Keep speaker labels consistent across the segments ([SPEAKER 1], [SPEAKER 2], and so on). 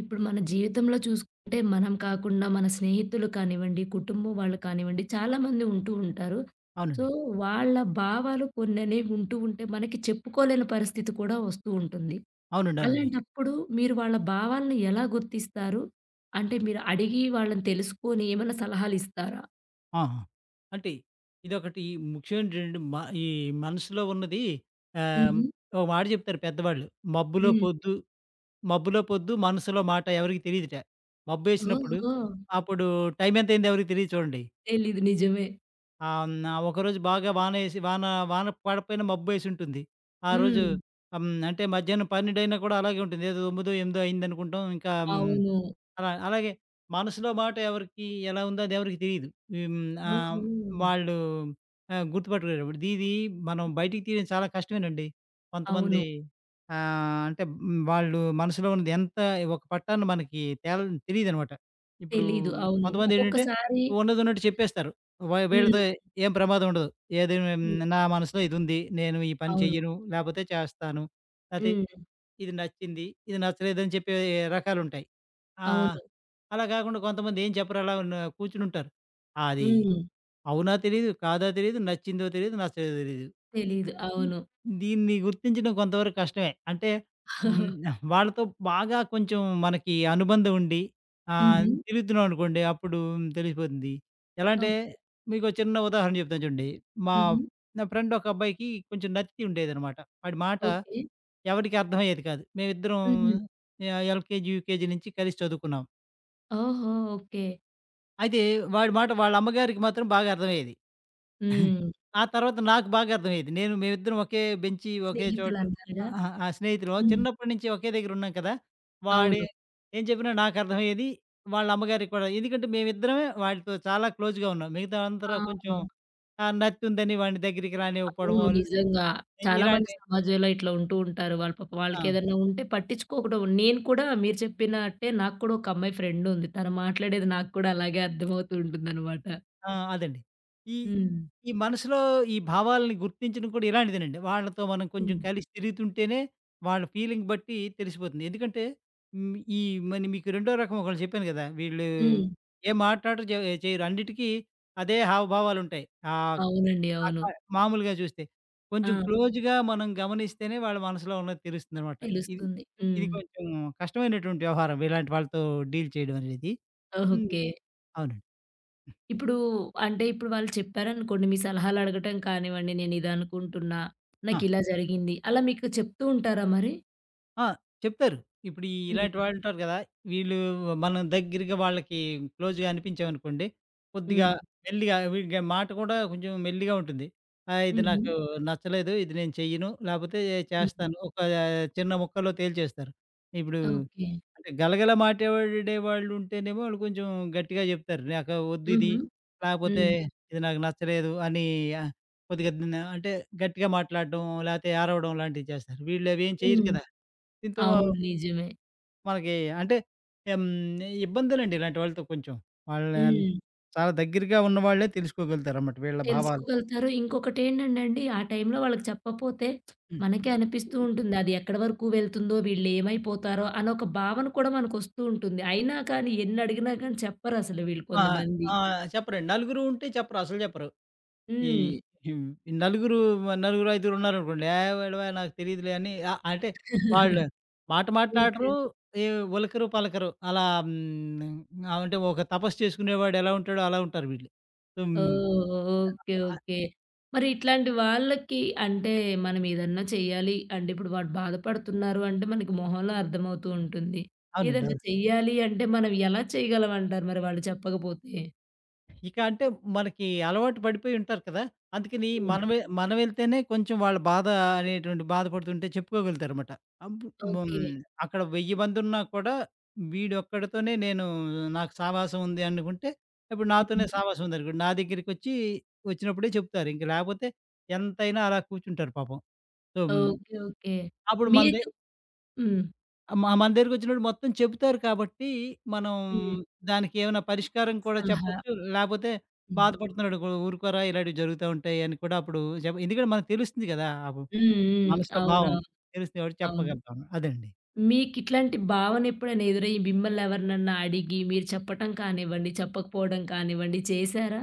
[SPEAKER 1] ఇప్పుడు మన జీవితంలో చూసుకుంటే మనం కాకుండా మన స్నేహితులు కానివ్వండి, కుటుంబం వాళ్ళు కానివ్వండి చాలామంది ఉంటూ ఉంటారు. సో,
[SPEAKER 2] అవునండి.
[SPEAKER 1] వాళ్ళ భావాలు కొన్ననేవి ఉంటూ ఉంటే మనకి చెప్పుకోలేని పరిస్థితి కూడా వస్తూ ఉంటుంది.
[SPEAKER 2] అవునండి. అవునండి.
[SPEAKER 1] అలాంటప్పుడు మీరు వాళ్ళ భావాలను ఎలా గుర్తిస్తారు? అంటే మీరు అడిగి వాళ్ళని తెలుసుకొని ఏమైనా సలహాలు ఇస్తారా?
[SPEAKER 2] ఆ! ఆ! అంటే ఇదొకటి ముఖ్యమైనటువంటి ఈ మనసులో ఉన్నది, ఆహ్,
[SPEAKER 1] హుహు.
[SPEAKER 2] ఒక మాట చెప్తారు పెద్దవాళ్ళు. మబ్బులో
[SPEAKER 1] హ్మ్.
[SPEAKER 2] పొద్దు, మబ్బులో పొద్దు మనసులో మాట ఎవరికీ తెలీదుట. మబ్బేసినప్పుడు
[SPEAKER 1] ఓహో!
[SPEAKER 2] అప్పుడు టైం ఎంతయిందో ఎవరికీ తెలీదు చూడండి.
[SPEAKER 1] తెలీదు. నిజమే.
[SPEAKER 2] ఆహ్, హ్మ్. ఒకరోజు బాగా వానేసి వాన వాన పడకపోయినా మబ్బేసుంటుంది. ఆ రోజు
[SPEAKER 1] హ్మ్.
[SPEAKER 2] అంటే మధ్యాహ్నం 12 అయినా కూడా అలాగే ఉంటుంది. ఏదో 9, 8 అయిందనుకుంటాం. ఇంకా
[SPEAKER 1] అవును.
[SPEAKER 2] అలా అలాగే మనసులో మాట ఎవరికి ఎలా ఉందో అది ఎవరికీ తెలీదు. హ్మ్. ఆహ్,
[SPEAKER 1] ఓహో!
[SPEAKER 2] వాళ్ళు గుర్తుపట్టలేరు. ఇప్పుడు ఇది మనం బయటికి తీయడం చాలా కష్టమేనండి. కొంతమంది
[SPEAKER 1] అవును.
[SPEAKER 2] అంటే వాళ్ళు మనసులో ఉన్నది ఎంత ఒక పట్టాన మనకి తెలీదనమాట. ఇప్పుడు
[SPEAKER 1] తెలీదు. అవును.
[SPEAKER 2] కొంతమందేంటంటే
[SPEAKER 1] ఒక్కొక్కసారి
[SPEAKER 2] ఉన్నదున్నట్టు చెప్పేస్తారు. వీళ్ళతో
[SPEAKER 1] హ్మ్.
[SPEAKER 2] ఏం ప్రమాదం ఉండదు. ఏది మ్,
[SPEAKER 1] హ్మ్.
[SPEAKER 2] నా మనసులో ఇదుంది. నేను ఈ పని
[SPEAKER 1] అవును.
[SPEAKER 2] చెయ్యను, లేపోతే చేస్తాను. లేతే
[SPEAKER 1] హ్మ్.
[SPEAKER 2] ఇది నచ్చింది, ఇది నచ్చలేదని చెప్పే రకాలుంటాయి. ఆ!
[SPEAKER 1] అవును.
[SPEAKER 2] అలా కాకుండా కొంతమంది ఏం చెప్పరు అలా ఉన్న కూర్చుని ఉంటారు. అది
[SPEAKER 1] హ్మ్.
[SPEAKER 2] అవునా తెలీదు, కాదా తెలీదు, నచ్చిందో తెలీదు, నచ్చలేదో తెలీదు. ఇ
[SPEAKER 1] తెలీదు.
[SPEAKER 2] హ్మ్.
[SPEAKER 1] అవును.
[SPEAKER 2] దీన్ని గుర్తించడం కొంతవరకు కష్టమే. అంటే హ్మ్. వాళ్ళతో బాగా కొంచెం మనకి అనుబంధం ఉండి
[SPEAKER 1] హుహు.
[SPEAKER 2] తిరుగుతున్నాం అనుకోండి అప్పుడు తెలిసిపోతుంది. ఎలా అంటే
[SPEAKER 1] ఓకే.
[SPEAKER 2] మీకో చిన్న ఉదాహరణ చెప్తాను చూడండి. మా
[SPEAKER 1] హుహు.
[SPEAKER 2] నా ఫ్రెండ్ ఒక అబ్బాయికి కొంచెం నత్తి ఉండేదనమాట. వాడి మాట
[SPEAKER 1] ఓకే.
[SPEAKER 2] ఎవరికీ అర్థమయ్యేది కాదు. మేమిద్దరం
[SPEAKER 1] హుహు.
[SPEAKER 2] ఎల్‌కేజీ, యూకేజీ నుంచి కలిసి చదువుకున్నాం.
[SPEAKER 1] ఓహో! ఓకే.
[SPEAKER 2] అయితే వాడి మాట వాళ్ళ అమ్మగారికి మాత్రం బాగా అర్థమయ్యేది.
[SPEAKER 1] హ్మ్.
[SPEAKER 2] ఆ తర్వాత నాకు బాగా అర్థమయ్యేది. నేను మేమిద్దరం ఒకే బెంచి, ఒకే చోటు
[SPEAKER 1] స్నేహితులంటారుగా.
[SPEAKER 2] ఆ! స్నేహితులం.
[SPEAKER 1] హ్మ్.
[SPEAKER 2] చిన్నప్పటి నుంచి ఒకే దగ్గర ఉన్నాం కదా! వాడు
[SPEAKER 1] అవును.
[SPEAKER 2] ఏం చెప్పినా నాకు అర్థమయ్యేది. వాళ్ళ అమ్మగారికి కూడా. ఎందుకంటే మేమిద్దరమే వాడితో చాలా క్లోజ్‌గా ఉన్నాం. మిగతా అందరూ కొంచెం
[SPEAKER 1] ఆ!
[SPEAKER 2] నత్తుందని వాడిని దగ్గరికి రానివ్వకపోవడమో
[SPEAKER 1] అవును. నిజంగా. చాలా మంది
[SPEAKER 2] ఇలాంటి
[SPEAKER 1] సమాజంలో ఇట్లా ఉంటూ ఉంటారు. వాళ్ళు పాపం
[SPEAKER 2] ఆ!
[SPEAKER 1] వాళ్ళకేదన్నా ఉంటే పట్టించుకోకుండా నేను కూడా మీరు చెప్పినట్టే నాకు కూడా ఒక అమ్మాయి ఫ్రెండ్ ఉంది. తను మాట్లాడేది నాకు కూడా అలాగే అర్థమవుతూ ఉంటుందనమాట.
[SPEAKER 2] ఆ! అదండి. ఈ,
[SPEAKER 1] హ్మ్.
[SPEAKER 2] ఈ మనసులో ఈ భావాలని గుర్తించడం కూడా ఇలాంటిదేనండి. వాళ్ళతో మనం కొంచెం
[SPEAKER 1] హ్మ్.
[SPEAKER 2] కలిసి తిరుగుతుంటేనే వాళ్ళ ఫీలింగ్ బట్టి తెలిసిపోతుంది. ఎందుకంటే హ్మ్, ఈ మరి మీకు రెండో రకం ఒకళ్ళు చెప్పాను గదా! వీళ్ళు
[SPEAKER 1] హ్మ్.
[SPEAKER 2] ఏం మాట్లాడరు చేయరు. అన్నిటికి అదే హావభావాలుంటాయి. ఆహ్,
[SPEAKER 1] అవునండి. అవును.
[SPEAKER 2] అక మామూలుగా చూస్తే. కొంచెం
[SPEAKER 1] ఆ!
[SPEAKER 2] క్లోజ్‌గా మనం గమనిస్తేనే వాళ్ళ మనసులో ఉన్నది తెలుస్తుందనమాట. ఇది,
[SPEAKER 1] తెలుస్తుంది.
[SPEAKER 2] ఇది
[SPEAKER 1] హ్మ్.
[SPEAKER 2] కొంచెం కష్టమైనటువంటి వ్యవహారం. ఇలాంటి వాళ్ళతో డీల్ చేయడం అనేది. హ్మ్.
[SPEAKER 1] ఓకే.
[SPEAKER 2] అవునండి.
[SPEAKER 1] ఇప్పుడు అంటే ఇప్పుడు వాళ్ళు చెప్పారనుకోండి, మీ సలహాలు అడగటం కానివ్వండి, నేను ఇదనుకుంటున్నా,
[SPEAKER 2] ఆ!
[SPEAKER 1] నాకిలా జరిగింది. అలా మీకు చెప్తూ ఉంటారా మరి?
[SPEAKER 2] ఆ! చెప్తారు. ఇప్పుడు
[SPEAKER 1] హ్మ్.
[SPEAKER 2] ఇలాంటి వాళ్ళుంటారు గదా! వీళ్ళు మనం దగ్గరగా వాళ్ళకి క్లోజ్‌గా అనిపించామనుకోండి, కొద్దిగా
[SPEAKER 1] హ్మ్.
[SPEAKER 2] మెల్లిగా వీళ్ళకి మాట కూడా కొంచెం మెల్లిగా ఉంటుంది. ఇది
[SPEAKER 1] హుహు.
[SPEAKER 2] నాకు నచ్చలేదు, ఇది నేను చెయ్యను, లేపోతే
[SPEAKER 1] హ్మ్.
[SPEAKER 2] చేస్తాను. ఒక చిన్న ముక్కలో తేల్చేస్తారు. ఇప్పుడు
[SPEAKER 1] ఓకే.
[SPEAKER 2] అంటే గలగల మాట్లాడేవాళ్ళు ఉంటేనేమో ఆళ్ళు కొంచెం గట్టిగా జెప్తారు. నాకు వద్దు ఇది.
[SPEAKER 1] హుహు.
[SPEAKER 2] లేకపోతే
[SPEAKER 1] హ్మ్.
[SPEAKER 2] ఇది నాకు నచ్చలేదు అని ఆహ్, కొద్దిగా అంటే గట్టిగా మాట్లాడడం, లేతే అరవడం లాంటివి చేస్తారు. వీళ్ళు అవేం చెయ్యరు
[SPEAKER 1] హ్మ్.
[SPEAKER 2] కదా! దీంతో
[SPEAKER 1] అవును. నిజమే.
[SPEAKER 2] మనకి అంటే హ్మ్. ఇబ్బందులండి ఇలాంటి వాళ్ళతో కొంచెం. వాళ్ళని
[SPEAKER 1] హ్మ్.
[SPEAKER 2] చాలా దగ్గరగా ఉన్నవాళ్ళే తెలుసుకోగలుగుతారన్నమాట వీళ్ళ భావాలు.
[SPEAKER 1] తెలుసుకోగలుగుతారు. ఇంకొకటేంటంటే అండి, ఆ టైంలో వాళ్ళకి చెప్పపోతే
[SPEAKER 2] హ్మ్.
[SPEAKER 1] మనకే అనిపిస్తూ ఉంటుంది. అది ఎక్కడి వరకు వెళ్తుందో, వీళ్ళేమైపోతారో అనొక భావన కూడా మనకొస్తూ ఉంటుంది. అయినా కానీ ఎన్నడిగినా కానీ చెప్పరసలు వీళ్ళు
[SPEAKER 2] ఆ!
[SPEAKER 1] కొంతమంది.
[SPEAKER 2] ఆ! చెప్పరండి. నలుగురు ఉంటే చెప్పరు. అసలు చెప్పరు. ఈ
[SPEAKER 1] హ్మ్.
[SPEAKER 2] హ్మ్. నలుగురు నలుగురు, ఐదుగురు ఉన్నారనుకోండి. "ఏయ్! వీళ్ళవే నాకు తెలీదులే" అని అంటే వాళ్ళు మాట
[SPEAKER 1] ఓకే.
[SPEAKER 2] మాట్లాడరు. ఏ ఉలకరు, పలకరు. అలా అంటే ఒక తపస్సు చేసుకునేవాడు ఎలా ఉంటాడో అలా ఉంటారు వీళ్ళు. So,
[SPEAKER 1] oh! ఓకే.
[SPEAKER 2] ఆహ్,
[SPEAKER 1] ఓకే. మరి ఇట్లాంటి వాళ్ళకి అంటే మనం ఏదన్నా చెయ్యాలి అంటే ఇప్పుడు వాడు బాధపడుతున్నారు అంటే మనకి మొహంలో అర్థమవుతూ ఉంటుంది.
[SPEAKER 2] అవునండి.
[SPEAKER 1] ఏదన్నా
[SPEAKER 2] అవును.
[SPEAKER 1] చెయ్యాలి అంటే మనం ఎలా చేయగలం అంటారు మరి వాళ్ళు చెప్పకపోతే?
[SPEAKER 2] ఇక అంటే మనకి అలవాటు పడిపోయి ఉంటారు కదా! అందుకని
[SPEAKER 1] హ్మ్.
[SPEAKER 2] మనం వెళ్తేనే కొంచెం వాళ్ళ బాధ అనేటువంటి బాధపడుతుంటే చెప్పుకోగలుగుతారన్నమాట. అబ్ హ్మ్.
[SPEAKER 1] ఓకే.
[SPEAKER 2] అక్కడ 1000 మందున్నా కూడా వీడొక్కడితోనే నాకు సావాసం ఉంది అనుకుంటే, ఇప్పుడు నాతోనే
[SPEAKER 1] హ్మ్.
[SPEAKER 2] సావాసం ఉందనుకోండి. నా దగ్గరికొచ్చి వచ్చినప్పుడే చెప్తారు. ఇంక లేకపోతే ఎంతైనా అలా కూర్చుంటారు పాపం. So,
[SPEAKER 1] okay. ఓకే.
[SPEAKER 2] అప్పుడు మనది
[SPEAKER 1] మీకు హ్మ్.
[SPEAKER 2] మన దగ్గరికొచ్చినప్పుడు మొత్తం చెబుతారు కాబట్టి, మనం
[SPEAKER 1] హ్మ్.
[SPEAKER 2] దానికి ఏమైనా పరిష్కారం కూడా
[SPEAKER 1] సలహా.
[SPEAKER 2] చెప్పొచ్చు. లేపోతే
[SPEAKER 1] హ్మ్.
[SPEAKER 2] బాధపడుతున్నాడు "ఊ ఊరుకోరా ఇలాంటివి జరుగుతా ఉంటాయి" అని కూడా అప్పుడు ఎందుకంటే మనకు తెలుస్తుంది గదా! అప్పుడు
[SPEAKER 1] హ్మ్. హ్మ్.
[SPEAKER 2] మనసులో భావం
[SPEAKER 1] అవునవును.
[SPEAKER 2] తెలుస్తుంది కాబట్టి
[SPEAKER 1] అవును.
[SPEAKER 2] చెప్పగలుగుతాం. అదండి.
[SPEAKER 1] మీకిట్లాంటి భావన ఎప్పుడైనా ఎదురయ్యి మిమ్మల్ని ఎవరినన్నా అడిగి మీరు చెప్పటం కానివ్వండి, చెప్పకపోవడం కానివ్వండి చేశారా?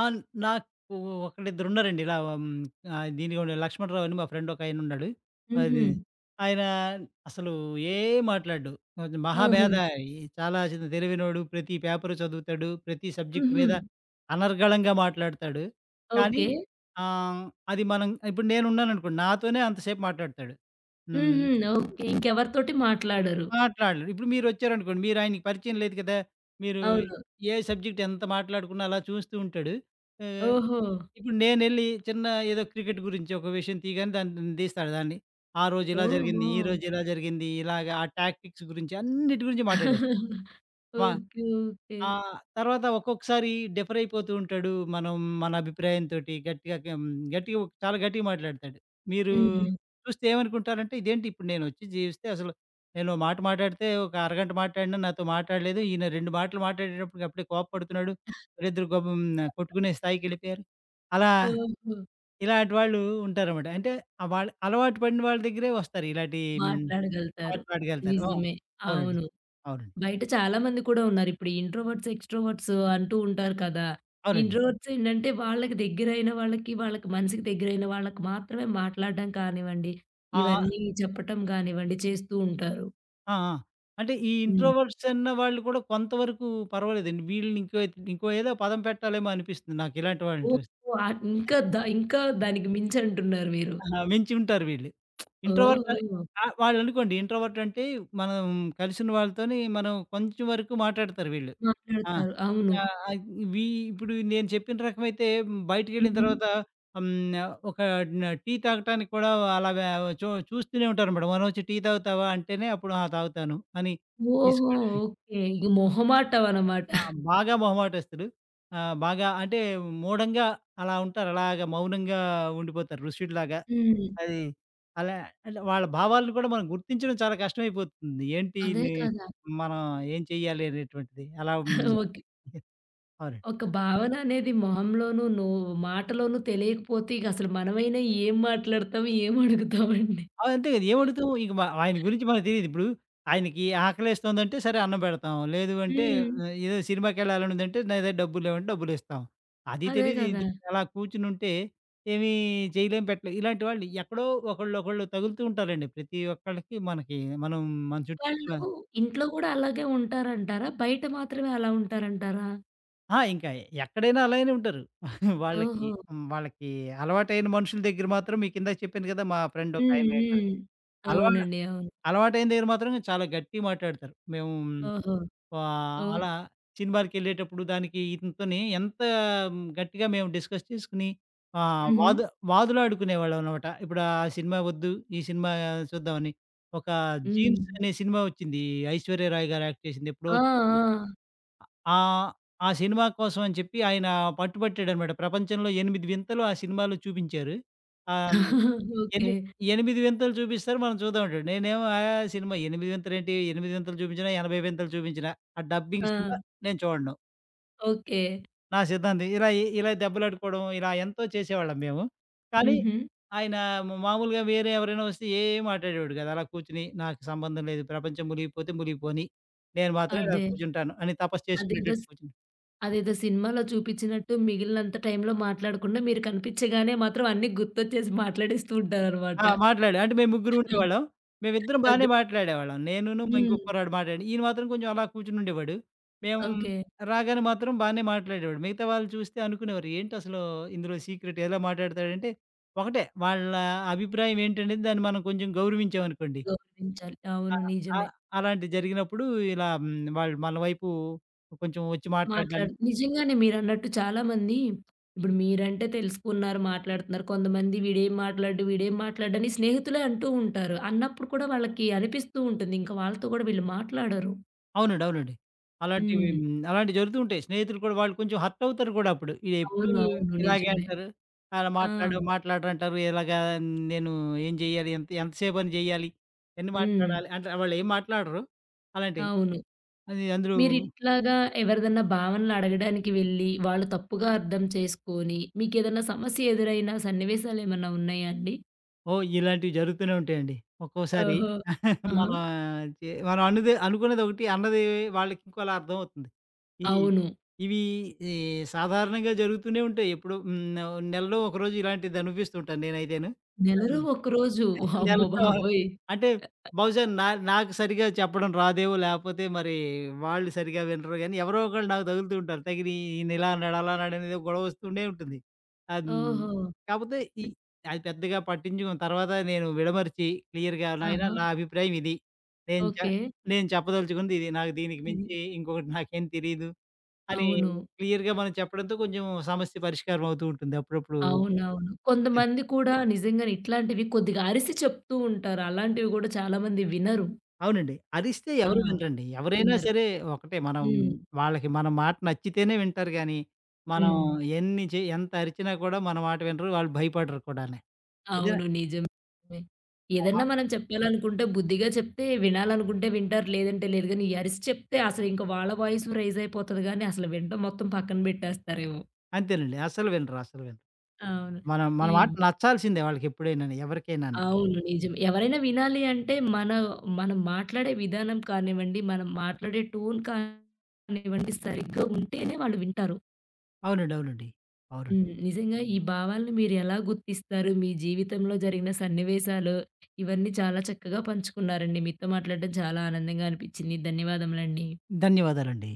[SPEAKER 2] ఆ! నాకు ఒకళ్ళిద్దరున్నారండి. ఇలా దీనికి కూడా లక్ష్మణరావు అని మా ఫ్రెండ్ ఒకాయనున్నాడు.
[SPEAKER 1] హుహు.
[SPEAKER 2] అది ఆయన అసలు ఏం మాట్లాడడు. కొంచెం మహా
[SPEAKER 1] హుహు.
[SPEAKER 2] మేధావి. చాలా చిన్న తెలివైనోడు. ప్రతి పేపరు చదువుతాడు. ప్రతి సబ్జెక్ట్
[SPEAKER 1] హుహు.
[SPEAKER 2] మీద అనర్గళంగా మాట్లాడతాడు. కానీ
[SPEAKER 1] ఓకే.
[SPEAKER 2] ఆహ్, అది మనం ఇప్పుడు నేనున్నాననుకోండి. నాతోనే అంతసేపు మాట్లాడతాడు. హ్మ్.
[SPEAKER 1] హుహు. ఓకే. ఇంకెవరితోటి మాట్లాడరు.
[SPEAKER 2] మాట్లాడడు. ఇప్పుడు మీరొచ్చారనుకోండి. మీరాయనకి పరిచయం లేదు కదా! మీరు
[SPEAKER 1] అవును.
[SPEAKER 2] ఏ సబ్జెక్ట్ ఎంత మాట్లాడుకున్నా అలా చూస్తూ ఉంటాడు. ఆహ్,
[SPEAKER 1] ఓహో!
[SPEAKER 2] ఇప్పుడు నేనెళ్ళి చిన్న ఏదో క్రికెట్ గురించి ఒక విషయం తీయగానే దాన్ని తీస్తాడు దాన్ని. ఆ రోజు ఇలా జరిగింది,
[SPEAKER 1] ఓహో!
[SPEAKER 2] ఈ రోజు ఇలా జరిగింది, ఇలాగ ఆ టాక్టిక్స్ గురించి అన్నిటి గురించి మాట్లాడేస్తాం. మా
[SPEAKER 1] ఓకే. ఓకే.
[SPEAKER 2] తర్వాత ఒక్కొక్కసారి డిఫర్ అయిపోతూ ఉంటాడు. మనం మన అభిప్రాయంతోటి గట్టిగా చాలా గట్టిగా మాట్లాడతాడు. మీరు
[SPEAKER 1] హ్మ్.
[SPEAKER 2] చూస్తే ఏమనుకుంటారంటే ఇదేంటి ఇప్పుడు నేనొచ్చి జీవిస్తే అసలు నేను ఓ మాట మాట్లాడితే ఒక అరగంట మాట్లాడినా నాతో మాట్లాడలేదు. ఈయన 2 మాటలు మాట్లాడేటప్పటికి అప్పుడే కోపపడుతున్నాడు. వీళ్ళిద్దరు గబ్ హ్మ్, కొట్టుకునే స్థాయికెళ్ళిపోయారు. అలా
[SPEAKER 1] ఓహో!
[SPEAKER 2] ఇలాంటి వాళ్ళు ఉంటారన్నమాట. అంటే వాళ్ళు అలవాటు పడిన వాళ్ళ దగ్గరే వస్తారు. ఇలాంటి
[SPEAKER 1] మాట్లాడగలుగుతారు.
[SPEAKER 2] పాటలు పాడగలుగుతారు. ఆ!
[SPEAKER 1] నిజమే.
[SPEAKER 2] అవునండి.
[SPEAKER 1] అవును.
[SPEAKER 2] అవునండి.
[SPEAKER 1] బయట చాలా మంది కూడా ఉన్నారు. ఇప్పుడు ఇంట్రోవర్ట్స్, ఎక్స్‌ట్రోవర్ట్స్ అంటూ ఉంటారు కదా!
[SPEAKER 2] అవునండి.
[SPEAKER 1] ఇంట్రోవర్ట్స్ ఏంటంటే వాళ్ళకి దగ్గరైన వాళ్ళకి, వాళ్ళకి మనసుకి దగ్గరైన వాళ్ళకి మాత్రమే మాట్లాడడం కానివ్వండి,
[SPEAKER 2] ఆ!
[SPEAKER 1] ఇవన్నీ చెప్పటం కానివ్వండి చేస్తూ ఉంటారు.
[SPEAKER 2] ఆ! ఆ! అంటే ఈ
[SPEAKER 1] హ్మ్.
[SPEAKER 2] ఇంట్రోవర్ట్స్ అన్న వాళ్ళు కూడా కొంతవరకు పర్వాలేదండి. వీళ్ళని ఇంకో ఇంకో ఏదో పదం పెట్టాలేమో అనిపిస్తుంది నాకు ఇలాంటి వాళ్ళని
[SPEAKER 1] ఓహో!
[SPEAKER 2] చూస్తే.
[SPEAKER 1] ఇంకా ఇంకా దానికి మించంటున్నారు మీరు.
[SPEAKER 2] ఆహా! మించి ఉంటారు వీళ్ళు. ఇంట్రోవర్ట్
[SPEAKER 1] ఓహో!
[SPEAKER 2] ఆ! వాళ్ళనుకోండి ఇంట్రోవర్ట్ అంటే మనం కలిసిన వాళ్ళతోని మనం కొంచెం వరకు మాట్లాడతారు వీళ్ళు. ఆ!
[SPEAKER 1] మాట్లాడతారు. అవును.
[SPEAKER 2] ఆహ్, ఆహ్, వీ ఇప్పుడు నేను చెప్పిన రకమైతే బయటికెళ్ళిన
[SPEAKER 1] హ్మ్.
[SPEAKER 2] తర్వాత హ్మ్. ఒక టీ తాగటానికి కూడా అలా వే చూ చూస్తూనే ఉంటారనమాట. "మనమొచ్చి టీ తాగుతావా?" అంటేనే అప్పుడు "ఆ! తాగుతాను" అని
[SPEAKER 1] ఓహో!
[SPEAKER 2] తీసుకు
[SPEAKER 1] ఓకే. ఇగ మొహమాటం అన్నమాట.
[SPEAKER 2] ఆ! బాగా మొహమాటస్తులు. బాగా అంటే మూఢంగా అలా ఉంటారు. అలాగా మౌనంగా ఉండిపోతారు ఋషుడిలాగా.
[SPEAKER 1] హ్మ్.
[SPEAKER 2] అది అలా అంటే వాళ్ళ భావాలను కూడా మనం గుర్తించడం చాలా కష్టమైపోతుంది. ఏంటి
[SPEAKER 1] అదే
[SPEAKER 2] ని
[SPEAKER 1] కదా!
[SPEAKER 2] మనం ఏం చెయ్యాలి అనేటువంటిది. అలా
[SPEAKER 1] అట్లా. ఓకే.
[SPEAKER 2] అవునండి.
[SPEAKER 1] ఒక భావన అనేది మొహంలోనూ, మాటలోనూ తెలియకపోతే ఇక అసలు మనమైనా ఏం మాట్లాడతాం? ఏం అడుగుతామండి?
[SPEAKER 2] అవును. అంతే కదా! ఏమడుగుతాం ఇంక ఆయన గురించి మనకు తెలీదు. ఇప్పుడు ఆయనకి ఆకలేస్తోందంటే సరే అన్నం పెడతాం. లేదు అంటే
[SPEAKER 1] హ్మ్.
[SPEAKER 2] ఏదో సినిమాకెళ్ళాలనుందంటే నా దగ్గర డబ్బులు లేవంటే డబ్బులిస్తాం. అది
[SPEAKER 1] అదే
[SPEAKER 2] తెలీదు
[SPEAKER 1] కదా!
[SPEAKER 2] ఇది అలా కూర్చునుంటే ఏమీ చేయలేం పెట్టలేం. ఇలాంటి వాళ్ళు ఎక్కడో ఒకళ్ళు ఒకళ్ళు తగులుతూ ఉంటారండి. ప్రతి ఒక్కళ్ళకి మనకి మనం మన చుట్టూ
[SPEAKER 1] వాళ్ళు ఇంట్లో కూడా అలాగే ఉంటారంటారా? బయట మాత్రమే అలా ఉంటారంటారా?
[SPEAKER 2] ఆ! ఇంకా ఎక్కడైనా అలానే ఉంటారు. వాళ్ళకి
[SPEAKER 1] ఓహో!
[SPEAKER 2] వాళ్ళకి అలవాటైన మనుషుల దగ్గర మాత్రం మీకిందాక చెప్పాను కదా! మా ఫ్రెండ్
[SPEAKER 1] హ్మ్.
[SPEAKER 2] ఒకాయన దగ్గర
[SPEAKER 1] హ్మ్.
[SPEAKER 2] అలవా
[SPEAKER 1] అవునండి. అవును.
[SPEAKER 2] అలవాటైన దగ్గర మాత్రం చాలా గట్టిగా మాట్లాడతారు. మేము
[SPEAKER 1] ఓహో! ఓహ్!
[SPEAKER 2] అలా సినిమాలకెళ్ళేటప్పుడు దానికి ఇతనితోని ఎంత గట్టిగా మేము డిస్కస్ చేసుకొని ఆహ్,
[SPEAKER 1] హుహు.
[SPEAKER 2] వాదు వాదులాడుకునేవాళ్ళమనమాట. ఇప్పుడు ఆ సినిమా వద్దు, ఈ సినిమా చూద్దామని. ఒక 'జీన్స్'
[SPEAKER 1] హ్మ్.
[SPEAKER 2] అనే సినిమా వచ్చింది. ఐశ్వర్య రాయ్ గారు యాక్ట్ చేసింది ఎప్పుడో
[SPEAKER 1] ఆ! ఆ!
[SPEAKER 2] ఆ! ఆ సినిమా కోసం అని చెప్పి ఆయన పట్టుబట్టాడనమాట. ప్రపంచంలో 8 వింతలు ఆ సినిమాలో చూపించారు. ఆహ్,
[SPEAKER 1] ఓకే.
[SPEAKER 2] ఎని 8 వింతలు చూపిస్తారు మనం చూద్దాం అంటాడు. నేనేమో ఆ సినిమా 8 వింతలేంటి? 8 వింతలు చూపించినా, 80 వింతలు చూపించినా ఆ
[SPEAKER 1] ఆ!
[SPEAKER 2] డబ్బింగ్ సినిమా నేను చూడను.
[SPEAKER 1] ఓకే.
[SPEAKER 2] నా సిద్ధాంతం. ఇలా దెబ్బలాడుకోవడం ఇలా ఎంతో చేసేవాళ్ళం మేము. కానీ
[SPEAKER 1] హుహు.
[SPEAKER 2] ఆయన మామూలుగా వేరే ఎవరైనా వస్తే ఏం మాట్లాడేవాడు కాదు. అలా కూర్చొని నాకు సంబంధం లేదు. ప్రపంచం మునిగిపోతే మునిగిపోని. నేను మాత్రం ఇలా
[SPEAKER 1] అదే.
[SPEAKER 2] కూర్చుంటాను అని తపస్సు
[SPEAKER 1] అదేదో
[SPEAKER 2] చేసుకునేటట్టు
[SPEAKER 1] స్
[SPEAKER 2] కూర్చుని
[SPEAKER 1] అదేదో సినిమాలో చూపిచ్చినట్టు మిగిలినంత టైంలో మాట్లాడకుండా మీరు కనిపిచ్చగానే మాత్రం అన్నీ గుర్తొచ్చేసి మాట్లాడేస్తూ ఉంటారనమాట.
[SPEAKER 2] ఆ! మాట్లాడా అంటే మేము ముగ్గురు ఉండేవాళ్ళం. మేమిద్దరం బానే
[SPEAKER 1] అదే.
[SPEAKER 2] మాట్లాడేవాళ్ళం. నేనును మా ఇంకో
[SPEAKER 1] హ్మ్.
[SPEAKER 2] కుర్రాడు మాట్లాడి ఈయన మాత్రం కొంచెం అలా కూర్చునుండేవాడు. మేము
[SPEAKER 1] ఓకే.
[SPEAKER 2] రాగానే మాత్రం బానే మాట్లాడేవాడు. మిగతా వాళ్ళు చూస్తే అనుకునేవారు ఏంటసలు ఇందులో సీక్రెట్ ఎలా మాట్లాడతాడంటే, ఒకటే వాళ్ళ అభిప్రాయం ఏంటనేది దాన్ని మనం కొంచెం గౌరవించామనుకోండి.
[SPEAKER 1] గౌరవించాలి. అవును.
[SPEAKER 2] ఆహ్,
[SPEAKER 1] నిజమే.
[SPEAKER 2] ఆహ్, అలాంటివి జరిగినప్పుడు ఇలా వాళ్ళు మన వైపు కొంచెం వచ్చి
[SPEAKER 1] మాట్లాడు
[SPEAKER 2] మాట్లాడడానికి
[SPEAKER 1] నిజంగానే మీరన్నట్టు చాలామంది ఇప్పుడు మీరంటే తెలుసుకున్నారు, మాట్లాడుతున్నారు. కొంతమంది వీడేం మాట్లాడు, వీడేం మాట్లాడని స్నేహితులే అంటూ ఉంటారు. అన్నప్పుడు కూడా వాళ్ళకి అనిపిస్తూ ఉంటుంది. ఇంకా వాళ్ళతో కూడా వీళ్ళు మాట్లాడరు.
[SPEAKER 2] అవునండి. అవునండి. అలాంటివి
[SPEAKER 1] హ్మ్.
[SPEAKER 2] అలాంటివి జరుగుతూ ఉంటాయి. స్నేహితులు కూడా వాళ్ళు కొంచెం హర్ట్ అవుతారు కూడా అప్పుడు. ఇదెప్పుడు
[SPEAKER 1] అవును. అవును.
[SPEAKER 2] ఇలాగే
[SPEAKER 1] నిజమే.
[SPEAKER 2] అంటారు. అలా
[SPEAKER 1] ఆ!
[SPEAKER 2] మాట్లాడు, మాట్లాడరంటారు. ఇలాగా నేను ఏం జేయాలి? ఎంత ఎంత సేపని జేయాలి? ఎన్ని
[SPEAKER 1] హ్మ్.
[SPEAKER 2] మాట్లాడాలి? అంటే వాళ్ళేం మాట్లాడరు. అలాంటివి.
[SPEAKER 1] అవును.
[SPEAKER 2] అది అందులో
[SPEAKER 1] మీరిట్లాగా ఎవరిదన్నా భావనలు అడగడానికి వెళ్ళి, వాళ్ళు తప్పుగా అర్థం చేసుకొని, మీకేదన్నా సమస్య ఎదురైన సన్నివేశాలేమన్నా ఉన్నాయా అండి?
[SPEAKER 2] ఓహ్! ఇలాంటివి జరుగుతూనే ఉంటాయండి. ఒక్కోసారి
[SPEAKER 1] ఓహో! ఆహా!
[SPEAKER 2] మనం మనం అన్నదే అనుకున్నదొకటి, అన్నది వాళ్ళకింకోలా అర్థమవుతుంది. ఈ
[SPEAKER 1] అవును.
[SPEAKER 2] ఇవి ఈ సాధారణంగా జరుగుతూనే ఉంటాయి. ఎప్పుడో నెలలో ఒకరోజు ఇలాంటిది అనుభవిస్తూ ఉంటాను నేనైతేను.
[SPEAKER 1] నెలలో ఒక్కరోజు వామ్మో
[SPEAKER 2] నెలలో
[SPEAKER 1] బాబోయ్!
[SPEAKER 2] అంటే బహుశా నాకు సరిగ్గా చెప్పడం రాదేమో లేకపోతే మరి వాళ్ళు సరిగ్గా వినరు గానీ, ఎవరో ఒకళ్ళు నాకు తగులుతూ ఉంటారు. తగిలి ఈయన ఇలా అన్నాడు, అలా అన్నాడు అనేది గొడవ వస్తూనే ఉంటుంది. అన్
[SPEAKER 1] ఓహో!
[SPEAKER 2] కాకపోతే అది పెద్దగా పట్టించుకోను. తర్వాత నేను విడమరిచి క్లియర్‌గా నాయనా
[SPEAKER 1] ఆహా!
[SPEAKER 2] నా అభిప్రాయం ఇది. నేను చె
[SPEAKER 1] ఓకే.
[SPEAKER 2] నేను చెప్పదలుచుకుంది ఇది. నాకు దీనికి
[SPEAKER 1] ఇది.
[SPEAKER 2] మించి ఇంకొకటి నాకేం తెలీదు అని
[SPEAKER 1] అవును.
[SPEAKER 2] క్లియర్‌గా మనం చెప్పడంతో కొంచెం సమస్య పరిష్కారం అవుతూ ఉంటుంది. అప్పుడప్పుడు
[SPEAKER 1] అవునవును. కొంతమంది కూడా నిజంగానే ఇట్లాంటివి కొద్దిగా అరిసి చెప్తూ ఉంటారు. అలాంటివి గూడా చాలా మంది వినరు.
[SPEAKER 2] అవునండి. అరిస్తే
[SPEAKER 1] ఆ!
[SPEAKER 2] ఎవరు వినరండి. ఎవరైనా
[SPEAKER 1] వినరు.
[SPEAKER 2] సరే ఒకటే మనం
[SPEAKER 1] హ్మ్.
[SPEAKER 2] వాళ్ళకి మన మాట నచ్చితేనే వింటారు గానీ, మనం
[SPEAKER 1] హ్మ్.
[SPEAKER 2] ఎన్ని చే ఎంత అరిచినా కూడా మన మాట వినరు. వాళ్ళు భయపడరు కూడాని. ఇదే
[SPEAKER 1] అవును. నిజమే.
[SPEAKER 2] మన మా
[SPEAKER 1] ఏదన్నా మనం చెప్పాలనుకుంటే బుద్ధిగా చెప్తే వినాలనుకుంటే వింటారు. లేదంటే లేదు. గానీ, ఈ అరిసి చెప్తే అసలు ఇంక వాళ్ళ వాయిస్ రైజ్ అయిపోతది గానీ, అసలు వినడం మొత్తం పక్కన బెట్టేస్తారేమో.
[SPEAKER 2] అంతేనండి. అస్సలు వినరు, అస్సలు వినరు.
[SPEAKER 1] అవును.
[SPEAKER 2] మనం మన
[SPEAKER 1] ఈ
[SPEAKER 2] మాట నచ్చాల్సిందే వాళ్ళకెప్పుడైనాని, ఎవరికైనాని.
[SPEAKER 1] అవును. నిజం. ఎవరైనా వినాలి అంటే మనం మాట్లాడే విధానం కానివ్వండి, మనం మాట్లాడే టోన్ కానివ్వండి సరిగ్గా ఉంటేనే వాళ్ళు వింటారు.
[SPEAKER 2] అవునండి. అవునండి. అవునండి.
[SPEAKER 1] హ్మ్. నిజంగా ఈ భావాలను మీరెలా గుర్తిస్తారు? మీ జీవితంలో జరిగిన సన్నివేశాలు ఇవన్నీ చాలా చక్కగా పంచుకున్నారండి. మీతో మాట్లాడడం చాలా ఆనందంగా అనిపిచ్చింది. ధన్యవాదములండి.
[SPEAKER 2] ధన్యవాదాలండి.